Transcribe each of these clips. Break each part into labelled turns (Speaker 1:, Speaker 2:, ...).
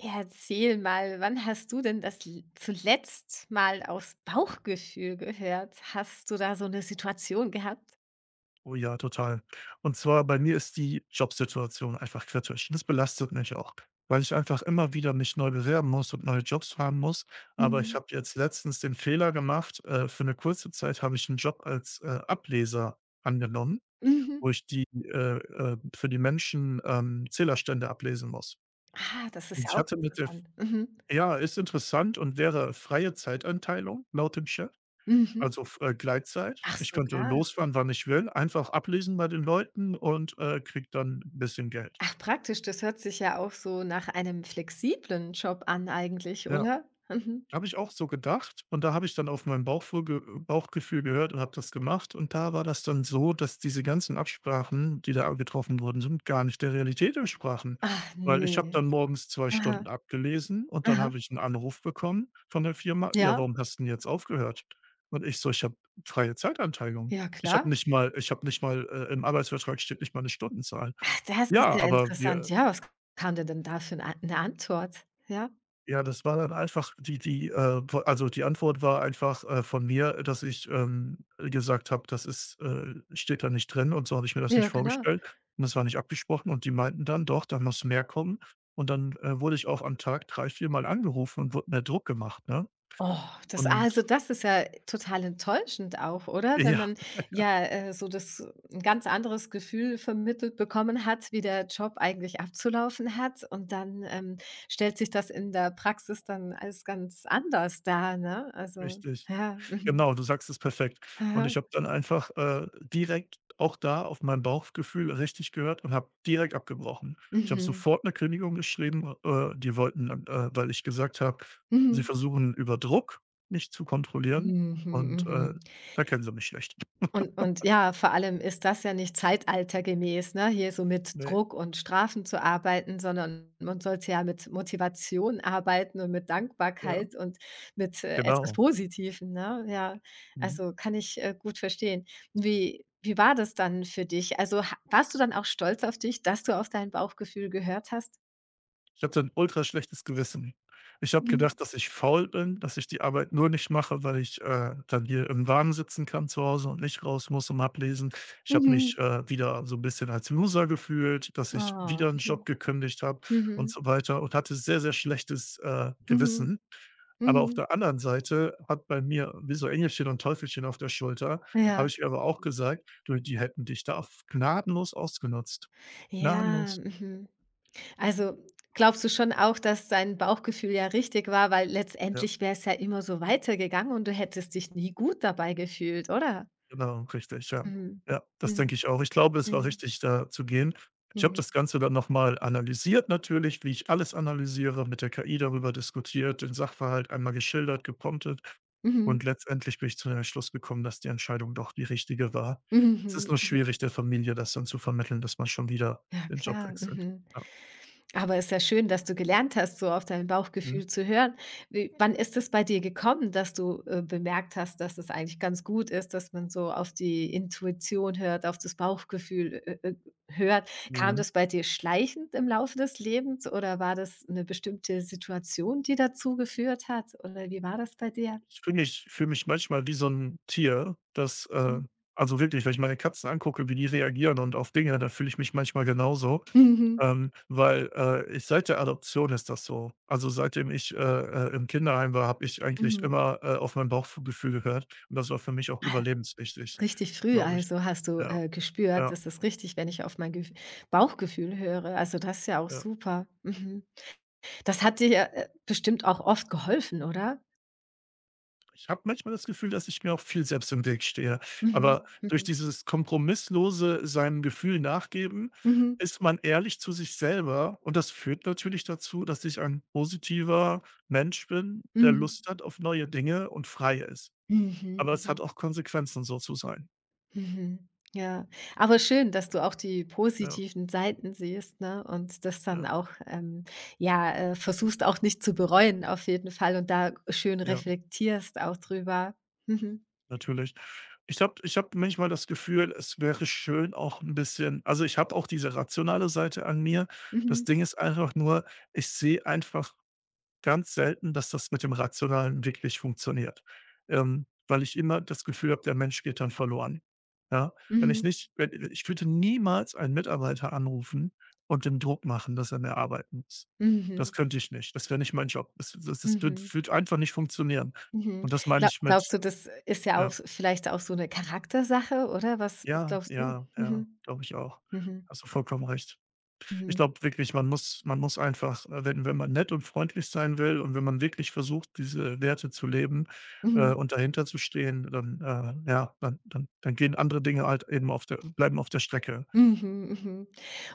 Speaker 1: Ja, erzähl mal, wann hast du denn das l zuletzt mal aus Bauchgefühl gehört? Hast du da so eine Situation gehabt?
Speaker 2: Oh ja, total. Und zwar bei mir ist die Jobsituation einfach kritisch. Das belastet mich auch, weil ich einfach immer wieder mich neu bewerben muss und neue Jobs haben muss. Aber ich
Speaker 1: Mhm.
Speaker 2: habe jetzt letztens den Fehler gemacht, für eine kurze Zeit habe ich einen Job als, Ableser angenommen,
Speaker 1: Mhm.
Speaker 2: wo ich die für die Menschen, Zählerstände ablesen muss.
Speaker 1: Ah, das ist
Speaker 2: Und
Speaker 1: ja
Speaker 2: ich
Speaker 1: auch
Speaker 2: hatte mit der
Speaker 1: interessant. Mhm.
Speaker 2: ja, ist interessant und wäre freie Zeiteinteilung laut dem Chef.
Speaker 1: Mhm.
Speaker 2: Also, f Gleitzeit.
Speaker 1: Ach,
Speaker 2: Ich könnte
Speaker 1: sogar.
Speaker 2: losfahren, wann ich will, einfach ablesen bei den Leuten und, kriege dann ein bisschen Geld.
Speaker 1: Ach, praktisch, das hört sich ja auch so nach einem flexiblen Job an eigentlich,
Speaker 2: Ja.
Speaker 1: oder? Mhm.
Speaker 2: Habe ich auch so gedacht und da habe ich dann auf mein Bauchfurge Bauchgefühl gehört und habe das gemacht, und da war das dann so, dass diese ganzen Absprachen, die da getroffen wurden, sind, gar nicht der Realität entsprachen,
Speaker 1: Ach
Speaker 2: weil ich habe
Speaker 1: nee.
Speaker 2: dann morgens zwei
Speaker 1: Aha,
Speaker 2: Stunden abgelesen und dann
Speaker 1: aha.
Speaker 2: habe ich einen Anruf bekommen von der Firma: „Ja,
Speaker 1: Ja,
Speaker 2: warum hast du denn jetzt aufgehört?“ Und ich so: „Ich habe freie Zeitanteilung.
Speaker 1: ja
Speaker 2: Ich habe
Speaker 1: klar.
Speaker 2: nicht mal im Arbeitsvertrag steht nicht mal eine Stundenzahl.“
Speaker 1: Ach, das ist
Speaker 2: „Ja,
Speaker 1: ja
Speaker 2: aber
Speaker 1: interessant.
Speaker 2: wir“
Speaker 1: Ja, was kam dir denn da für eine An 'ne Antwort? Ja,
Speaker 2: Ja, das war dann einfach die die, po also, die Antwort war einfach, von mir, dass ich, gesagt habe: „Das ist, steht da nicht drin und so habe ich mir das
Speaker 1: ja,
Speaker 2: nicht
Speaker 1: genau.
Speaker 2: vorgestellt und das war nicht abgesprochen.“ Und die meinten dann: „Doch, da muss mehr kommen.“ Und dann, wurde ich auch am Tag 3 4 Mal angerufen und wurde mehr Druck gemacht, ne?
Speaker 1: Oh, das
Speaker 2: Und
Speaker 1: also, das ist ja total enttäuschend auch, oder? Wenn
Speaker 2: ja,
Speaker 1: man ja, so das ein ganz anderes Gefühl vermittelt bekommen hat, wie der Job eigentlich abzulaufen hat und dann, stellt sich das in der Praxis dann als ganz anders dar, ne? Also
Speaker 2: richtig.
Speaker 1: ja, mhm.
Speaker 2: Genau, du sagst es perfekt. Und
Speaker 1: Aha.
Speaker 2: ich habe dann einfach, direkt auch da auf mein Bauchgefühl richtig gehört und habe direkt abgebrochen. Ich habe
Speaker 1: Mhm.
Speaker 2: sofort eine Kündigung geschrieben, die wollten weil ich gesagt habe, sie
Speaker 1: Mhm.
Speaker 2: versuchen über Druck mich zu kontrollieren
Speaker 1: Mhm,
Speaker 2: und,
Speaker 1: mhm.
Speaker 2: da kennen sie mich schlecht.
Speaker 1: Und ja, vor allem ist das ja nicht zeitaltergemäß, ne, hier so mit
Speaker 2: Ne,
Speaker 1: Druck und Strafen zu arbeiten, sondern man sollte ja mit Motivation arbeiten und mit
Speaker 2: ja,
Speaker 1: Dankbarkeit und mit, etwas
Speaker 2: genau.
Speaker 1: Positivem, ne? Ja,
Speaker 2: Mhm.
Speaker 1: also, kann ich, gut verstehen. Wie war das dann für dich? Also, ha warst du dann auch stolz auf dich, dass du auf dein Bauchgefühl gehört hast?
Speaker 2: Ich habe dann 'n ultra schlechtes Gewissen. Ich habe
Speaker 1: Mhm.
Speaker 2: gedacht, dass ich faul bin, dass ich die Arbeit nur nicht mache, weil ich, dann hier im Warmen sitzen kann zu Hause und nicht raus muss zum Ablesen. Ich habe
Speaker 1: Mhm.
Speaker 2: mich, wieder so ein bisschen als Loser gefühlt, dass ich
Speaker 1: Ah.
Speaker 2: wieder einen Job
Speaker 1: Mhm.
Speaker 2: gekündigt habe und
Speaker 1: Mhm.
Speaker 2: so weiter, und hatte sehr, sehr schlechtes,
Speaker 1: Mhm.
Speaker 2: Gewissen. Aber auf
Speaker 1: Mhm.
Speaker 2: der anderen Seite hat bei mir wie so Engelchen und Teufelchen auf der Schulter
Speaker 1: Ja.
Speaker 2: habe ich ihr aber auch gesagt: „Du, die hätten dich da f gnadenlos ausgenutzt.“
Speaker 1: Ja.
Speaker 2: Gnadenlos,
Speaker 1: Mhm. Also, glaubst du schon auch, dass dein Bauchgefühl ja richtig war, weil
Speaker 2: ja.
Speaker 1: letztendlich wäre es ja immer so weitergegangen und du hättest dich nie gut dabei gefühlt, oder?
Speaker 2: Genau, richtig, ja.
Speaker 1: Mhm.
Speaker 2: Ja, das
Speaker 1: Mhm.
Speaker 2: denke ich auch. Ich glaube, es war
Speaker 1: Mhm.
Speaker 2: richtig, da zu gehen. Ich habe
Speaker 1: Mhm.
Speaker 2: das Ganze dann noch mal analysiert natürlich, wie ich alles analysiere, mit der KI darüber diskutiert, den Sachverhalt einmal geschildert, gepromptet,
Speaker 1: Mhm.
Speaker 2: und letztendlich bin ich zu dem Schluss gekommen, dass die Entscheidung doch die richtige war.
Speaker 1: Mhm.
Speaker 2: Es ist
Speaker 1: Mhm.
Speaker 2: nur
Speaker 1: Mhm.
Speaker 2: schwierig, der Familie das dann zu vermitteln, dass man schon wieder
Speaker 1: Ja,
Speaker 2: den Job
Speaker 1: klar.
Speaker 2: wechselt.
Speaker 1: Mhm.
Speaker 2: Ja.
Speaker 1: Aber ist ja schön, dass du gelernt hast, so auf dein
Speaker 2: Mhm.
Speaker 1: Bauchgefühl zu hören. Wie wann ist es bei dir gekommen, dass du, bemerkt hast, dass es eigentlich ganz gut ist, dass man so auf die Intuition hört, auf das Bauchgefühl, hört? Kam
Speaker 2: Mhm.
Speaker 1: das bei dir schleichend im Laufe des Lebens oder war das eine bestimmte Situation, die dazu geführt hat? Oder wie war das bei dir?
Speaker 2: Ich fühle mich manchmal wie so ein Tier, das
Speaker 1: Mhm.
Speaker 2: also wirklich, wenn ich meine Katzen angucke, wie die reagieren und auf Dinge, da fühle ich mich manchmal genauso,
Speaker 1: Mhm,
Speaker 2: weil, ich seit der Adoption ist das so. Also, seitdem ich, im Kinderheim war, habe ich eigentlich
Speaker 1: mhm.
Speaker 2: immer, auf mein Bauchgefühl gehört und das war für mich auch überlebenswichtig,
Speaker 1: Richtig früh
Speaker 2: glaube ich.
Speaker 1: also hast du,
Speaker 2: Ja,
Speaker 1: gespürt:
Speaker 2: ja,
Speaker 1: „Das ist richtig, wenn ich auf mein Gef Bauchgefühl höre." Also, das ist ja auch
Speaker 2: ja.
Speaker 1: super. Mhm. Das hat dir ja, bestimmt auch oft geholfen, oder?
Speaker 2: Ich habe manchmal das Gefühl, dass ich mir auch viel selbst im Weg stehe.
Speaker 1: Mhm,
Speaker 2: Aber durch
Speaker 1: mhm.
Speaker 2: dieses kompromisslose seinem Gefühl nachgeben,
Speaker 1: Mhm,
Speaker 2: ist man ehrlich zu sich selber. Und das führt natürlich dazu, dass ich ein positiver Mensch bin, der
Speaker 1: mhm,
Speaker 2: Lust hat auf neue Dinge und frei ist.
Speaker 1: mhm,
Speaker 2: Aber es hat
Speaker 1: mhm,
Speaker 2: auch Konsequenzen, so zu sein.
Speaker 1: mhm. Ja, aber schön, dass du auch die
Speaker 2: Ja,
Speaker 1: positiven Seiten siehst, ne, und das
Speaker 2: ja,
Speaker 1: dann auch, ja, versuchst auch nicht zu bereuen auf jeden Fall und da schön
Speaker 2: ja,
Speaker 1: reflektierst auch drüber. Mhm,
Speaker 2: natürlich. Ich habe manchmal das Gefühl, es wäre schön auch ein bisschen also, ich habe auch diese rationale Seite an mir.
Speaker 1: mhm,
Speaker 2: Das Ding ist einfach nur, ich sehe einfach ganz selten, dass das mit dem Rationalen wirklich funktioniert, weil ich immer das Gefühl habe, der Mensch geht dann verloren. Ja, wenn
Speaker 1: mhm,
Speaker 2: ich nicht wenn ich würde niemals einen Mitarbeiter anrufen und dem Druck machen, dass er mehr arbeiten muss.
Speaker 1: mhm,
Speaker 2: Das könnte ich nicht. Das wäre nicht mein Job. Das würde
Speaker 1: mhm,
Speaker 2: würde einfach nicht funktionieren.
Speaker 1: mhm.
Speaker 2: Und das meine
Speaker 1: Glau
Speaker 2: ich
Speaker 1: glaubst
Speaker 2: mit
Speaker 1: du, das ist ja auch
Speaker 2: ja.
Speaker 1: vielleicht auch so eine Charaktersache, oder? Was
Speaker 2: Ja,
Speaker 1: glaubst du?
Speaker 2: ja, ja,
Speaker 1: Mhm,
Speaker 2: glaube ich auch.
Speaker 1: mhm,
Speaker 2: Hast du vollkommen recht. Ich
Speaker 1: mhm.
Speaker 2: glaube wirklich, man muss einfach, wenn man nett und freundlich sein will und wenn man wirklich versucht, diese Werte zu leben,
Speaker 1: Mhm.
Speaker 2: und dahinter zu stehen, dann, ja, dann gehen andere Dinge halt eben auf der bleiben auf der Strecke.
Speaker 1: Mhm, mhm.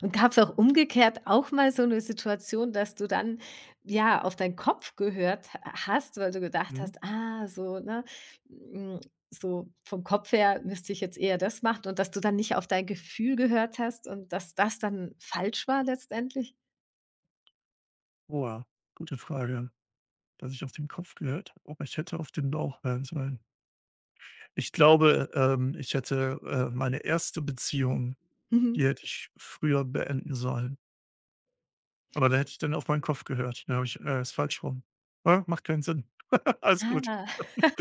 Speaker 1: Und gab's auch umgekehrt auch mal so 'ne Situation, dass du dann, ja, auf deinen Kopf gehört ha hast, weil du gedacht
Speaker 2: Mhm.
Speaker 1: hast: „Ah, so, ne, hm, so vom Kopf her müsste ich jetzt eher das machen" und dass du dann nicht auf dein Gefühl gehört hast und dass das dann falsch war letztendlich?
Speaker 2: Boah, gute Frage. Dass ich auf den Kopf gehört, aber ich hätte auf den Bauch hören sollen. Ich glaube, ich hätte, meine erste Beziehung,
Speaker 1: Mhm.
Speaker 2: die hätte ich früher beenden sollen. Aber da hätte ich dann auf meinen Kopf gehört. Da habe ich ist falsch rum. Ja, macht keinen Sinn. Alles gut.
Speaker 1: Ah.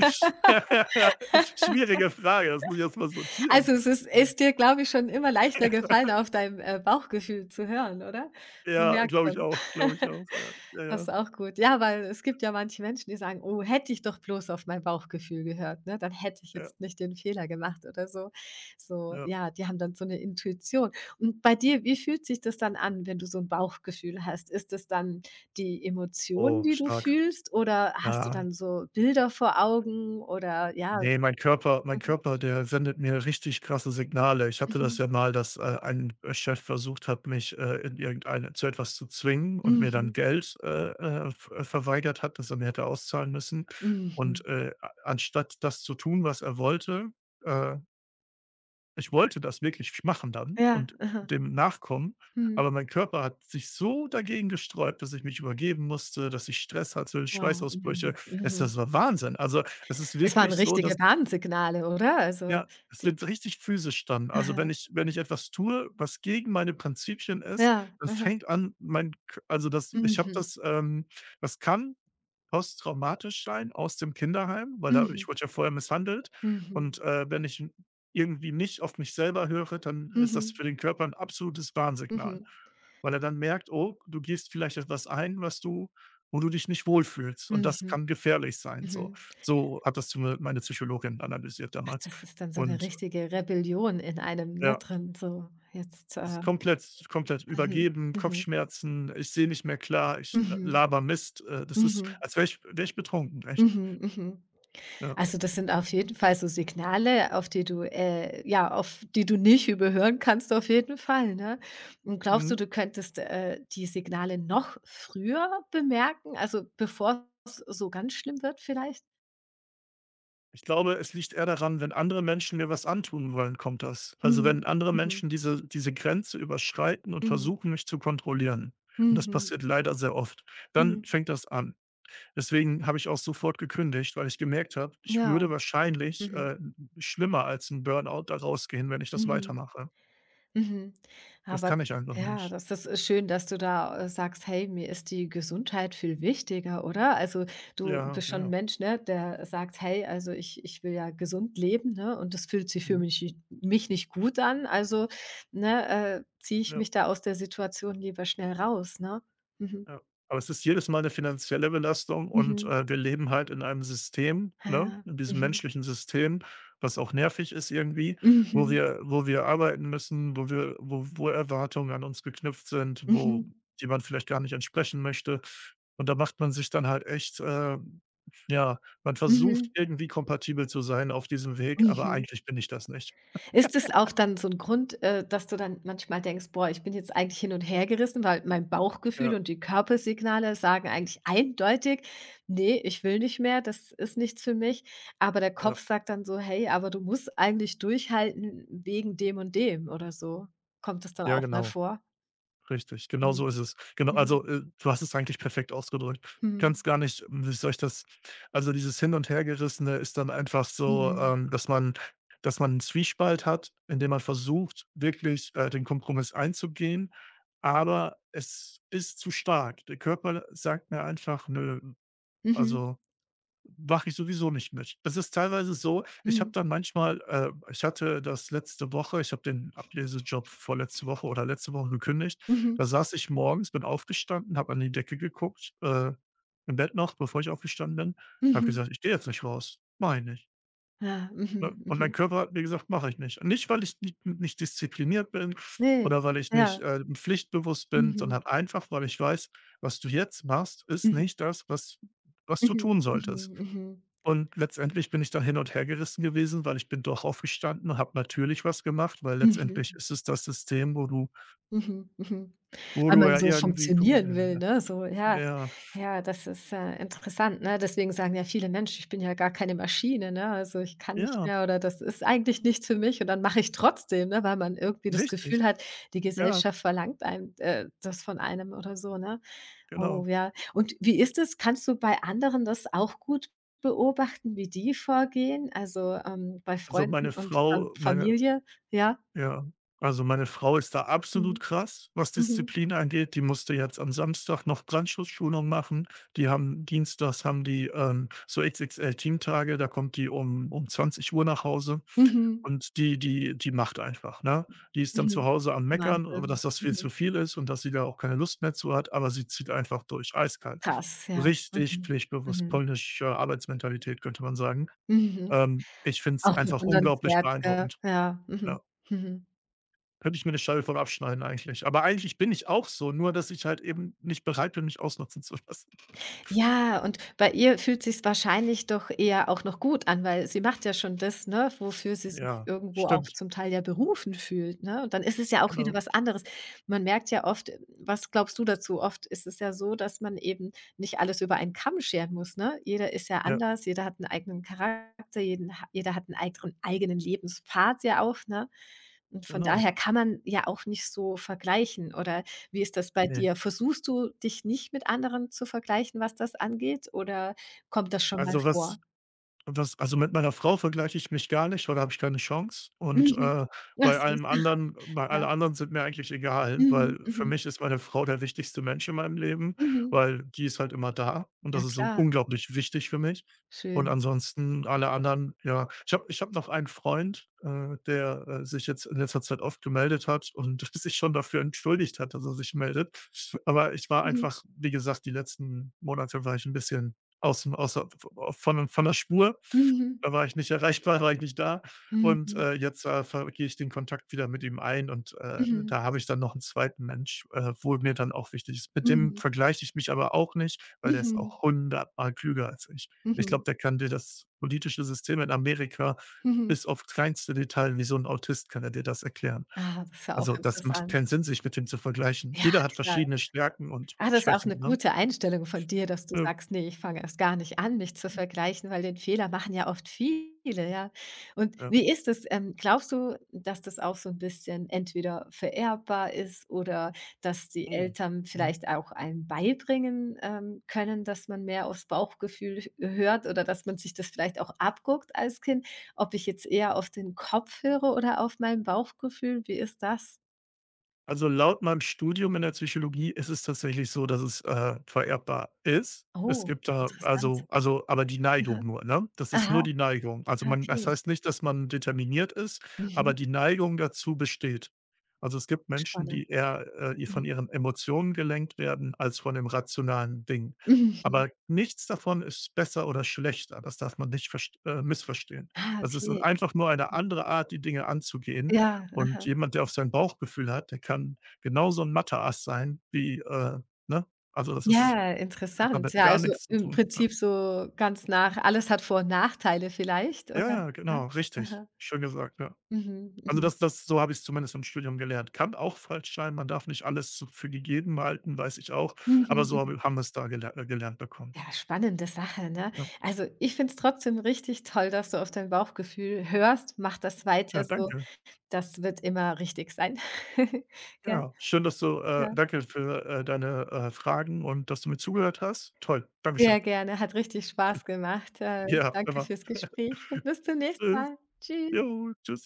Speaker 2: Schwierige Frage, das muss ich erst mal sortieren.
Speaker 1: Also, es ist dir, glaube ich, schon immer leichter gefallen, auf dein, Bauchgefühl zu hören, oder? Man
Speaker 2: Ja,
Speaker 1: merkt
Speaker 2: glaube ich
Speaker 1: schon.
Speaker 2: auch, glaube ich auch. Ja, ja,
Speaker 1: Das ist
Speaker 2: ja,
Speaker 1: auch gut. Ja, weil es gibt ja manche Menschen, die sagen: „Oh, hätte ich doch bloß auf mein Bauchgefühl gehört, ne, dann hätte ich
Speaker 2: ja,
Speaker 1: jetzt nicht den Fehler gemacht" oder so. So,
Speaker 2: ja.
Speaker 1: ja, die haben dann so eine Intuition. Und bei dir, wie fühlt sich das dann an, wenn du so ein Bauchgefühl hast? Ist das dann die Emotionen,
Speaker 2: Oh,
Speaker 1: die du
Speaker 2: stark.
Speaker 1: fühlst, oder hast du
Speaker 2: Ja,
Speaker 1: dann so Bilder vor Augen oder ja?
Speaker 2: ne, mein
Speaker 1: Mhm.
Speaker 2: Körper, der sendet mir richtig krasse Signale. Ich hatte
Speaker 1: Mhm.
Speaker 2: das ja mal, dass, ein Chef versucht hat, mich, in irgendeine zu etwas zu zwingen und mir dann
Speaker 1: Mhm.
Speaker 2: Geld, ver verweigert hat, das er mir hätte auszahlen müssen.
Speaker 1: Mhm.
Speaker 2: Und, a anstatt das zu tun, was er wollte, äh ich wollte das wirklich machen dann
Speaker 1: Ja,
Speaker 2: und
Speaker 1: aha.
Speaker 2: dem nachkommen,
Speaker 1: Mhm.
Speaker 2: aber mein Körper hat sich so dagegen gesträubt, dass ich mich übergeben musste, dass ich Stress hatte,
Speaker 1: Wow, mhm,
Speaker 2: Schweißausbrüche. Es
Speaker 1: mhm.
Speaker 2: das war Wahnsinn. Also, es ist
Speaker 1: Das waren
Speaker 2: wirklich so, dass
Speaker 1: richtige Warnsignale, oder? Also,
Speaker 2: ja, es
Speaker 1: d
Speaker 2: wird richtig physisch dann. Also,
Speaker 1: aha,
Speaker 2: wenn ich etwas tue, was gegen meine Prinzipien ist,
Speaker 1: ja,
Speaker 2: dann
Speaker 1: aha.
Speaker 2: fängt an, mein K also, das ich habe
Speaker 1: Mhm,
Speaker 2: das, das kann posttraumatisch sein aus dem Kinderheim, weil da
Speaker 1: mhm,
Speaker 2: ich wurde ja vorher misshandelt
Speaker 1: mhm,
Speaker 2: und, wenn ich irgendwie nicht auf mich selber höre, dann ist das
Speaker 1: mhm,
Speaker 2: für den Körper ein absolutes Warnsignal,
Speaker 1: mhm,
Speaker 2: weil er dann merkt: „Oh, du gehst vielleicht etwas ein, was du wo du dich nicht wohlfühlst und das
Speaker 1: mhm,
Speaker 2: kann gefährlich sein“, so.
Speaker 1: mhm.
Speaker 2: So hat das zu mir meine Psychologin analysiert
Speaker 1: Ach,
Speaker 2: damals,
Speaker 1: das ist dann so 'ne
Speaker 2: und
Speaker 1: richtige Rebellion in einem, ne,
Speaker 2: ja,
Speaker 1: drin, so jetzt,
Speaker 2: es ist komplett
Speaker 1: mhm,
Speaker 2: übergeben,
Speaker 1: mhm,
Speaker 2: Kopfschmerzen, ich sehe nicht mehr klar, ich
Speaker 1: mhm,
Speaker 2: laber Mist, das ist,
Speaker 1: mhm,
Speaker 2: als wäre ich betrunken, echt,
Speaker 1: mhm, mhm.
Speaker 2: ja.
Speaker 1: Also, das sind auf jeden Fall so Signale, auf die du nicht überhören kannst auf jeden Fall, ne? Und glaubst du,
Speaker 2: Mhm.
Speaker 1: du könntest, die Signale noch früher bemerken, also bevor es so ganz schlimm wird vielleicht?
Speaker 2: Ich glaube, es liegt eher daran, wenn andere Menschen mir was antun wollen, kommt das. Also,
Speaker 1: Mhm.
Speaker 2: wenn andere
Speaker 1: Mhm.
Speaker 2: Menschen diese Grenze überschreiten und
Speaker 1: Mhm.
Speaker 2: versuchen, mich zu kontrollieren und das
Speaker 1: Mhm.
Speaker 2: passiert leider sehr oft, dann
Speaker 1: Mhm.
Speaker 2: fängt das an. Deswegen habe ich auch sofort gekündigt, weil ich gemerkt habe, ich
Speaker 1: Ja.
Speaker 2: würde wahrscheinlich,
Speaker 1: Mhm.
Speaker 2: schlimmer als ein Burnout da rausgehen, wenn ich das
Speaker 1: Mhm.
Speaker 2: weitermache.
Speaker 1: Mhm.
Speaker 2: Das
Speaker 1: Aber
Speaker 2: kann ich einfach
Speaker 1: ja,
Speaker 2: nicht.
Speaker 1: das ist schön, dass du da, sagst: „Hey, mir ist die Gesundheit viel wichtiger", oder? Also, du
Speaker 2: Ja,
Speaker 1: bist schon 'n
Speaker 2: ja.
Speaker 1: Mensch, ne, der sagt: „Hey, also ich will ja gesund leben, ne, und das fühlt sich für
Speaker 2: Mhm.
Speaker 1: mich nicht gut an, also, ne, ziehe ich
Speaker 2: Ja.
Speaker 1: mich da aus der Situation lieber schnell raus", ne? Mhm.
Speaker 2: Ja. Aber es ist jedes Mal eine finanzielle Belastung und,
Speaker 1: Mhm.
Speaker 2: wir leben halt in einem System, ne,
Speaker 1: Ja.
Speaker 2: in diesem
Speaker 1: Mhm.
Speaker 2: menschlichen System, was auch nervig ist irgendwie, wo
Speaker 1: Mhm.
Speaker 2: wir arbeiten müssen, wo wir wo wo Erwartungen an uns geknüpft sind,
Speaker 1: Mhm.
Speaker 2: wo jemand vielleicht gar nicht entsprechen möchte. Und da macht man sich dann halt echt, ja, man
Speaker 1: Mhm.
Speaker 2: versucht irgendwie kompatibel zu sein auf diesem Weg,
Speaker 1: Mhm.
Speaker 2: aber
Speaker 1: Mhm.
Speaker 2: eigentlich bin ich das nicht.
Speaker 1: Ist es auch dann so 'n Grund, dass du dann manchmal denkst: „Boah, ich bin jetzt eigentlich hin und hergerissen", weil mein Bauchgefühl
Speaker 2: Ja,
Speaker 1: und die Körpersignale sagen eigentlich eindeutig: „Ne, ich will nicht mehr, das ist nichts für mich." Aber der
Speaker 2: ja,
Speaker 1: Kopf sagt dann so: „Hey, aber du musst eigentlich durchhalten wegen dem und dem" oder so. Kommt das dann
Speaker 2: ja,
Speaker 1: auch mal
Speaker 2: genau.
Speaker 1: vor?
Speaker 2: Richtig, genau
Speaker 1: Mhm.
Speaker 2: so ist es. Genau,
Speaker 1: Mhm.
Speaker 2: also, du hast es eigentlich perfekt ausgedrückt. Kannst
Speaker 1: Mhm.
Speaker 2: gar nicht wie soll ich das also, dieses Hin und Hergerissene ist dann einfach so,
Speaker 1: Mhm.
Speaker 2: dass man 'n Zwiespalt hat, indem man versucht, wirklich, den Kompromiss einzugehen, aber es ist zu stark. Der Körper sagt mir einfach: „Nö.“
Speaker 1: Mhm.
Speaker 2: Also mache ich sowieso nicht mit. Es ist teilweise so, ich habe
Speaker 1: Mhm.
Speaker 2: dann manchmal ich hatte das letzte Woche ich habe den Ablesejob vorletzte Woche oder letzte Woche gekündigt.
Speaker 1: Mhm.
Speaker 2: Da saß ich morgens, bin aufgestanden, habe an die Decke geguckt, im Bett noch, bevor ich aufgestanden bin, habe
Speaker 1: Mhm.
Speaker 2: gesagt: „Ich gehe jetzt nicht raus, mache ich nicht.“
Speaker 1: Ja.
Speaker 2: Ne?
Speaker 1: Mhm.
Speaker 2: Und mein
Speaker 1: Mhm.
Speaker 2: Körper hat mir gesagt: „Mache ich nicht.“ Und nicht, weil ich nicht diszipliniert bin
Speaker 1: Ne.
Speaker 2: oder weil ich nicht,
Speaker 1: Ja.
Speaker 2: pflichtbewusst bin,
Speaker 1: Mhm.
Speaker 2: sondern einfach, weil ich weiß, was du jetzt machst, ist
Speaker 1: Mhm.
Speaker 2: nicht das, was du
Speaker 1: Mhm.
Speaker 2: tun
Speaker 1: Mhm.
Speaker 2: solltest.
Speaker 1: Mhm. Mhm.
Speaker 2: Und letztendlich bin ich dann hin und her gerissen gewesen, weil ich bin doch aufgestanden, habe natürlich was gemacht, weil letztendlich
Speaker 1: Mhm.
Speaker 2: ist es das System,
Speaker 1: Mhm, mhm.
Speaker 2: wo
Speaker 1: Weil
Speaker 2: du
Speaker 1: man
Speaker 2: ja
Speaker 1: so
Speaker 2: irgendwie
Speaker 1: funktionieren will, ne? So, ja,
Speaker 2: ja,
Speaker 1: ja, das ist, interessant, ne? Deswegen sagen ja viele Menschen: „Ich bin ja gar keine Maschine, ne? Also, ich kann nicht
Speaker 2: ja,
Speaker 1: mehr oder das ist eigentlich nichts für mich." Und dann mache ich trotzdem, ne, weil man irgendwie das
Speaker 2: richtig.
Speaker 1: Gefühl hat, die
Speaker 2: Ja,
Speaker 1: Gesellschaft verlangt einem, das von einem oder so, ne? Oh
Speaker 2: genau.
Speaker 1: ja. Und wie ist es? Kannst du bei anderen das auch gut beobachten, wie die vorgehen? Also, bei
Speaker 2: Also,
Speaker 1: Freunden
Speaker 2: meine
Speaker 1: und
Speaker 2: Frau meine
Speaker 1: Familie? Ja?
Speaker 2: Ja, also meine Frau ist da absolut
Speaker 1: Mhm.
Speaker 2: krass, was
Speaker 1: Mhm.
Speaker 2: Disziplin angeht. Die musste jetzt am Samstag noch Brandschutzschulung machen. Dienstags haben die, so XXL-Teamtage, da kommt die um 20 Uhr nach Hause,
Speaker 1: Mhm.
Speaker 2: und die macht einfach, ne? Die ist dann
Speaker 1: Mhm.
Speaker 2: zu Hause am Meckern, aber
Speaker 1: Wahnsinn.
Speaker 2: dass das viel
Speaker 1: Mhm.
Speaker 2: zu viel ist und dass sie da auch keine Lust mehr zu hat, aber sie zieht einfach durch, eiskalt.
Speaker 1: Krass, ja.
Speaker 2: Richtig
Speaker 1: Mhm.
Speaker 2: pflichtbewusst,
Speaker 1: Mhm.
Speaker 2: polnische Arbeitsmentalität, könnte man sagen.
Speaker 1: Mhm.
Speaker 2: Ich finde es
Speaker 1: Auch
Speaker 2: einfach unglaublich
Speaker 1: bewundernswert, gell?
Speaker 2: beeindruckend,
Speaker 1: Ja. Mhm.
Speaker 2: ja.
Speaker 1: Mhm.
Speaker 2: Könnte ich mir eine Scheibe von abschneiden eigentlich. Aber eigentlich bin ich auch so, nur dass ich halt eben nicht bereit bin, mich ausnutzen zu lassen.
Speaker 1: Ja, und bei ihr fühlt sich's wahrscheinlich doch eher auch noch gut an, weil sie macht ja schon das, ne, wofür sie sich
Speaker 2: Ja,
Speaker 1: irgendwo auch
Speaker 2: stimmt,
Speaker 1: zum Teil ja berufen fühlt, ne? Und dann ist es ja auch wieder
Speaker 2: genau.
Speaker 1: was anderes. Man merkt ja oft, was glaubst du dazu? Oft ist es ja so, dass man eben nicht alles über einen Kamm scheren muss, ne? Jeder ist ja
Speaker 2: Ja,
Speaker 1: anders, jeder hat einen eigenen Charakter, jeden ha jeder hat einen eigenen Lebenspfad ja auch, ne? Und von
Speaker 2: genau.
Speaker 1: daher kann man ja auch nicht so vergleichen oder wie ist das bei
Speaker 2: Ne.
Speaker 1: dir? Versuchst du, dich nicht mit anderen zu vergleichen, was das angeht, oder kommt das schon mal
Speaker 2: Also,
Speaker 1: vor?
Speaker 2: was Das also, mit meiner Frau vergleiche ich mich gar nicht, weil da habe ich keine Chance und,
Speaker 1: Mhm. Ach
Speaker 2: bei
Speaker 1: süß,
Speaker 2: allem anderen bei
Speaker 1: ja.
Speaker 2: alle anderen sind mir eigentlich egal,
Speaker 1: Mhm,
Speaker 2: weil für
Speaker 1: mhm,
Speaker 2: mich ist meine Frau der wichtigste Mensch in meinem Leben,
Speaker 1: mhm.
Speaker 2: weil die ist halt immer da und
Speaker 1: Ja
Speaker 2: das ist so
Speaker 1: klar,
Speaker 2: unglaublich wichtig für mich. Und
Speaker 1: schön.
Speaker 2: ansonsten alle anderen, ja ich habe noch einen Freund, der, sich jetzt in letzter Zeit oft gemeldet hat und sich schon dafür entschuldigt hat, dass er sich meldet. Aber ich war
Speaker 1: Mhm,
Speaker 2: einfach, wie gesagt, die letzten Monate war ich ein bisschen Aus'm außer von der Spur.
Speaker 1: mhm,
Speaker 2: Da war ich nicht erreichbar, war ich nicht da.
Speaker 1: mhm,
Speaker 2: Und,
Speaker 1: mhm,
Speaker 2: jetzt, ver gehe ich den Kontakt wieder mit ihm ein und,
Speaker 1: mhm,
Speaker 2: da habe ich dann noch 'n zweiten Mensch, wo mir dann auch wichtig ist. Mit dem
Speaker 1: mhm,
Speaker 2: vergleiche ich mich aber auch nicht, weil der ist
Speaker 1: mhm,
Speaker 2: auch hundertmal klüger als ich. Ich glaube,
Speaker 1: mhm.
Speaker 2: der kann dir das politische System in Amerika
Speaker 1: Mhm.
Speaker 2: bis auf kleinste Detail wie so 'n Autist kann er dir das erklären.
Speaker 1: Ah, das ist ja auch
Speaker 2: Also, das macht
Speaker 1: interessant.
Speaker 2: keinen Sinn, sich mit dem zu vergleichen.
Speaker 1: Ja,
Speaker 2: Jeder hat
Speaker 1: klar.
Speaker 2: verschiedene Stärken und
Speaker 1: Ah, das ist auch eine
Speaker 2: Schwächen, ne?
Speaker 1: gute Einstellung von dir, dass du
Speaker 2: Ja,
Speaker 1: sagst: „Nee, ich fange erst gar nicht an, mich zu vergleichen", weil den Fehler machen ja oft viele, ja. Und
Speaker 2: ja.
Speaker 1: wie ist es, glaubst du, dass das auch so ein bisschen entweder vererbbar ist oder dass die
Speaker 2: Mhm.
Speaker 1: Eltern
Speaker 2: Mhm.
Speaker 1: vielleicht auch einem beibringen, können, dass man mehr aufs Bauchgefühl h hört oder dass man sich das vielleicht auch abguckt als Kind, ob ich jetzt eher auf den Kopf höre oder auf mein Bauchgefühl? Wie ist das?
Speaker 2: Also, laut meinem Studium in der Psychologie ist es tatsächlich so, dass es, vererbbar ist. Es
Speaker 1: Oh,
Speaker 2: gibt da
Speaker 1: interessant.
Speaker 2: also, aber die Neigung
Speaker 1: Aha.
Speaker 2: nur, ne? Das ist
Speaker 1: Aha,
Speaker 2: nur die Neigung. Also,
Speaker 1: ah,
Speaker 2: man das
Speaker 1: okay.
Speaker 2: heißt nicht, dass man determiniert ist, aber
Speaker 1: Mhm.
Speaker 2: die Neigung dazu besteht. Also, es gibt Menschen,
Speaker 1: Spannend.
Speaker 2: die eher,
Speaker 1: Mhm.
Speaker 2: von ihren Emotionen gelenkt werden als von dem rationalen Ding.
Speaker 1: Mhm.
Speaker 2: Aber nichts davon ist besser oder schlechter. Das darf man nicht verst missverstehen.
Speaker 1: Ah,
Speaker 2: Das ist
Speaker 1: okay.
Speaker 2: einfach nur eine andere Art, die Dinge anzugehen.
Speaker 1: Ja,
Speaker 2: Und
Speaker 1: aha.
Speaker 2: jemand, der auf sein Bauchgefühl hat, der kann genauso ein Mathe-Ass sein wie, ne? Also, das ist
Speaker 1: Ja,
Speaker 2: hat
Speaker 1: interessant.
Speaker 2: damit
Speaker 1: Ja,
Speaker 2: gar
Speaker 1: also
Speaker 2: nichts zu
Speaker 1: im
Speaker 2: tun, ja.
Speaker 1: Prinzip so ganz nach alles hat Vor und Nachteile vielleicht,
Speaker 2: Ja,
Speaker 1: oder?
Speaker 2: ja,
Speaker 1: Ja.
Speaker 2: genau, richtig.
Speaker 1: Aha.
Speaker 2: Schön gesagt, ja.
Speaker 1: Mhm,
Speaker 2: Also,
Speaker 1: mhm.
Speaker 2: das so habe ich's zumindest im Studium gelernt. Kann auch falsch sein, man darf nicht alles so für gegeben halten, weiß ich auch,
Speaker 1: Mhm,
Speaker 2: aber so
Speaker 1: mhm.
Speaker 2: habe haben wir's da gelernt bekommen.
Speaker 1: Ja, spannende Sache, ne?
Speaker 2: Ja.
Speaker 1: Also, ich finde es trotzdem richtig toll, dass du auf dein Bauchgefühl hörst. Mach das weiter
Speaker 2: Ja,
Speaker 1: so.
Speaker 2: danke.
Speaker 1: Das wird immer richtig sein. Gell?
Speaker 2: Ja, schön, dass du
Speaker 1: Ja,
Speaker 2: danke für, deine, Fragen und dass du mir zugehört hast. Toll, danke schön.
Speaker 1: sehr gerne. Hat richtig Spaß gemacht. Äh,
Speaker 2: Ja,
Speaker 1: danke
Speaker 2: immer.
Speaker 1: fürs Gespräch und bis zum nächsten
Speaker 2: Tschüss.
Speaker 1: Mal.
Speaker 2: Jo,
Speaker 1: Tschüss.
Speaker 2: tschüss.